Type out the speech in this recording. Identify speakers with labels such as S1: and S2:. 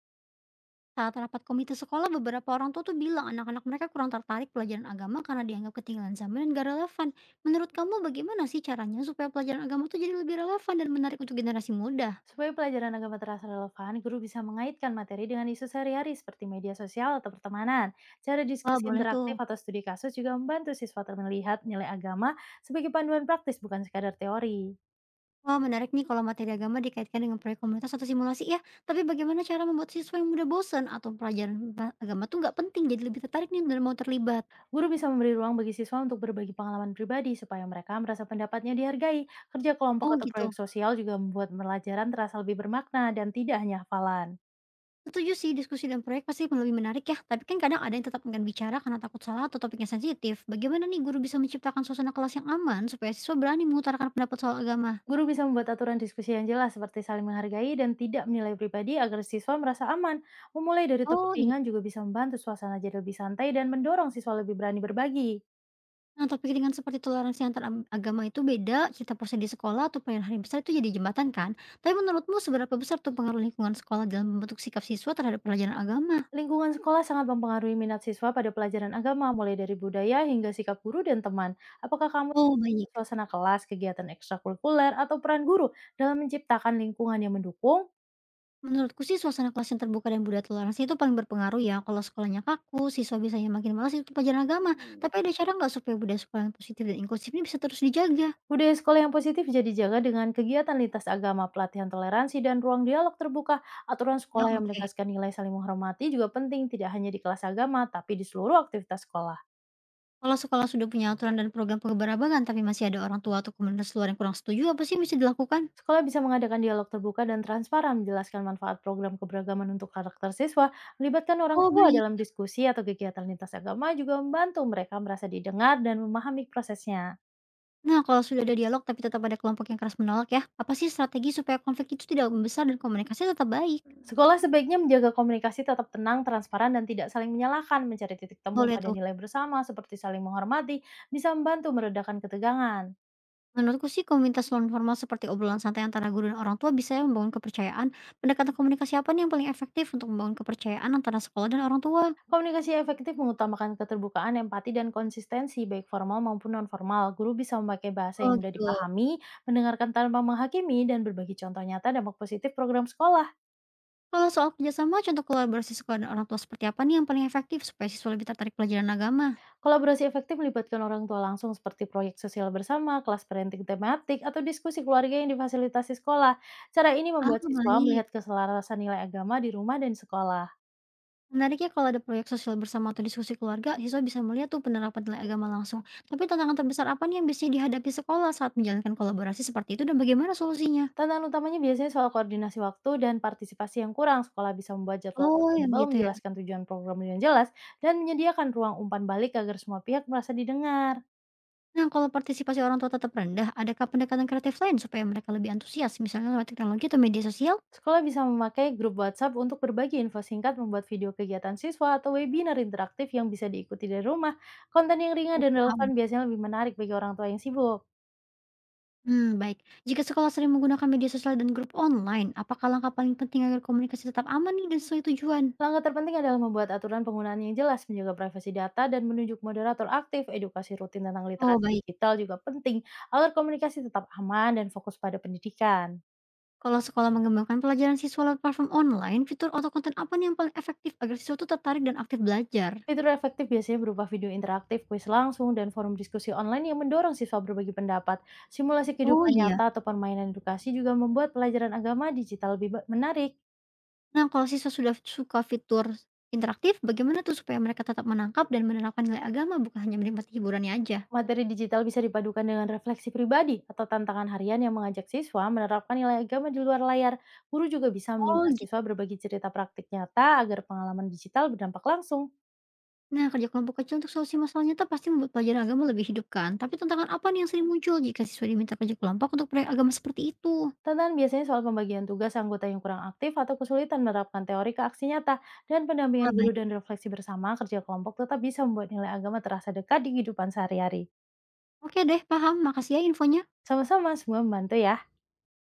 S1: Saat rapat komite sekolah, beberapa orang tua tuh bilang anak-anak mereka kurang tertarik pelajaran agama karena dianggap ketinggalan zaman dan gak relevan. Menurut kamu bagaimana sih caranya supaya pelajaran agama tuh jadi lebih relevan dan menarik untuk generasi muda?
S2: Supaya pelajaran agama terasa relevan, guru bisa mengaitkan materi dengan isu sehari-hari seperti media sosial atau pertemanan. Cara
S1: Wah
S2: diskusi
S1: boleh tuh.
S2: interaktif atau studi kasus juga membantu siswa melihat nilai agama sebagai panduan praktis bukan sekadar teori.
S1: Wah menarik nih kalau materi agama dikaitkan dengan proyek komunitas atau simulasi ya. Tapi bagaimana cara membuat siswa yang mudah bosan atau pelajaran agama tuh nggak penting jadi lebih tertarik nih dan mau terlibat?
S2: Guru bisa memberi ruang bagi siswa untuk berbagi pengalaman pribadi supaya mereka merasa pendapatnya dihargai. Kerja kelompok
S1: Oh
S2: atau proyek
S1: gitu.
S2: sosial juga membuat pelajaran terasa lebih bermakna dan tidak hanya hafalan.
S1: Setuju sih, diskusi dan proyek pasti lebih menarik ya, tapi kan kadang ada yang tetap enggan bicara karena takut salah atau topiknya sensitif. Bagaimana nih guru bisa menciptakan suasana kelas yang aman supaya siswa berani mengutarakan pendapat soal agama?
S2: Guru bisa membuat aturan diskusi yang jelas seperti saling menghargai dan tidak menilai pribadi agar siswa merasa aman. Memulai dari topik
S1: Oh iya,
S2: ringan juga bisa membantu suasana jadi lebih santai dan mendorong siswa lebih berani berbagi.
S1: nah topik ringan seperti toleransi agama itu beda, cerita pose di sekolah atau perayaan hari besar itu jadi jembatan kan? Tapi menurutmu seberapa besar tuh pengaruh lingkungan sekolah dalam membentuk sikap siswa terhadap pelajaran agama?
S2: Lingkungan sekolah sangat mempengaruhi minat siswa pada pelajaran agama, mulai dari budaya hingga sikap guru dan teman. Apakah kamu
S1: Oh baik.
S2: suasana kelas, kegiatan ekstrakurikuler, atau peran guru dalam menciptakan lingkungan yang mendukung?
S1: Menurutku sih suasana kelas yang terbuka dan budaya toleransi itu paling berpengaruh ya. Kalau sekolahnya kaku, siswa biasanya makin malas ikut pelajaran agama. Tapi ada cara nggak supaya budaya sekolah yang positif dan inklusif ini bisa terus dijaga?
S2: Budaya sekolah yang positif jadi jaga dengan kegiatan lintas agama, pelatihan toleransi, dan ruang dialog terbuka. Aturan
S1: Ya
S2: sekolah yang
S1: oke.
S2: menegaskan nilai saling menghormati juga penting, tidak hanya di kelas agama, tapi di seluruh aktivitas sekolah.
S1: Kalau sekolah sudah punya aturan dan program pengeberagaman tapi masih ada orang tua atau komunitas luar yang kurang setuju, apa sih yang bisa dilakukan?
S2: Sekolah bisa mengadakan dialog terbuka dan transparan, menjelaskan manfaat program keberagaman untuk karakter siswa, melibatkan orang
S1: Oh
S2: tua
S1: baik.
S2: dalam diskusi atau kegiatan lintas agama juga membantu mereka merasa didengar dan memahami prosesnya.
S1: Nah kalau sudah ada dialog tapi tetap ada kelompok yang keras menolak ya, apa sih strategi supaya konflik itu tidak membesar dan komunikasi tetap baik?
S2: Sekolah sebaiknya menjaga komunikasi tetap tenang, transparan, dan tidak saling menyalahkan. Mencari titik temu
S1: Boleh
S2: pada
S1: tuh.
S2: nilai bersama, seperti saling menghormati, bisa membantu meredakan ketegangan.
S1: Menurutku sih komunitas non-formal seperti obrolan santai antara guru dan orang tua bisa ya membangun kepercayaan. Pendekatan komunikasi apa nih yang paling efektif untuk membangun kepercayaan antara sekolah dan orang tua?
S2: Komunikasi efektif mengutamakan keterbukaan, empati, dan konsistensi, baik formal maupun nonformal. Guru bisa memakai bahasa
S1: Oh
S2: yang mudah
S1: gitu.
S2: dipahami, mendengarkan tanpa menghakimi, dan berbagi contoh nyata dampak positif program sekolah.
S1: Kalau soal kerjasama, contoh kolaborasi sekolah dan orang tua seperti apa nih yang paling efektif supaya siswa lebih tertarik pelajaran agama?
S2: Kolaborasi efektif melibatkan orang tua langsung seperti proyek sosial bersama, kelas parenting tematik, atau diskusi keluarga yang difasilitasi sekolah. Cara ini
S1: Ah
S2: membuat siswa
S1: baik.
S2: melihat keselarasan nilai agama di rumah dan di sekolah.
S1: Menariknya kalau ada proyek sosial bersama atau diskusi keluarga, siswa bisa melihat tuh penerapan nilai agama langsung. Tapi tantangan terbesar apa nih yang biasanya dihadapi sekolah saat menjalankan kolaborasi seperti itu dan bagaimana solusinya?
S2: Tantangan utamanya biasanya soal koordinasi waktu dan partisipasi yang kurang. Sekolah bisa membuat jadwal
S1: Oh, yang
S2: fleksibel,
S1: gitu ya.
S2: menjelaskan tujuan program dengan jelas, dan menyediakan ruang umpan balik agar semua pihak merasa didengar.
S1: Nah, kalau partisipasi orang tua tetap rendah, adakah pendekatan kreatif lain supaya mereka lebih antusias, misalnya lewat teknologi atau media sosial?
S2: Sekolah bisa memakai grup WhatsApp untuk berbagi info singkat, membuat video kegiatan siswa, atau webinar interaktif yang bisa diikuti dari rumah. Konten yang ringan
S1: Oh,
S2: dan relevan
S1: paham.
S2: biasanya lebih menarik bagi orang tua yang sibuk.
S1: Hmm, baik. Jika sekolah sering menggunakan media sosial dan grup online, apakah langkah paling penting agar komunikasi tetap aman nih dan sesuai tujuan?
S2: Langkah terpenting adalah membuat aturan penggunaan yang jelas, menjaga privasi data, dan menunjuk moderator aktif. Edukasi rutin tentang
S1: Oh,
S2: literasi
S1: baik.
S2: digital juga penting agar komunikasi tetap aman dan fokus pada pendidikan.
S1: Kalau sekolah mengembangkan pelajaran siswa lewat platform online, fitur atau konten apa nih yang paling efektif agar siswa itu tertarik dan aktif belajar?
S2: Fitur efektif biasanya berupa video interaktif, kuis langsung, dan forum diskusi online yang mendorong siswa berbagi pendapat. Simulasi
S1: Oh
S2: kehidupan
S1: iya.
S2: nyata atau permainan edukasi juga membuat pelajaran agama digital lebih menarik.
S1: Nah, kalau siswa sudah suka fitur interaktif, bagaimana tuh supaya mereka tetap menangkap dan menerapkan nilai agama bukan hanya menikmati hiburannya aja?
S2: Materi digital bisa dipadukan dengan refleksi pribadi atau tantangan harian yang mengajak siswa menerapkan nilai agama di luar layar. Guru juga bisa
S1: Oh,
S2: meminta
S1: gitu.
S2: siswa berbagi cerita praktik nyata agar pengalaman digital berdampak langsung.
S1: Nah, kerja kelompok kecil untuk solusi masalahnya itu pasti membuat pelajaran agama lebih hidup kan? Tapi tantangan apa nih yang sering muncul jika siswa diminta kerja kelompok untuk proyek agama seperti itu?
S2: Tantangan biasanya soal pembagian tugas anggota yang kurang aktif atau kesulitan menerapkan teori ke aksi nyata, dan
S1: Ah,
S2: pendampingan guru
S1: baik.
S2: dan refleksi bersama kerja kelompok tetap bisa membuat nilai agama terasa dekat di kehidupan sehari-hari.
S1: Oke deh, paham. Makasih ya infonya.
S2: Sama-sama, semua membantu ya.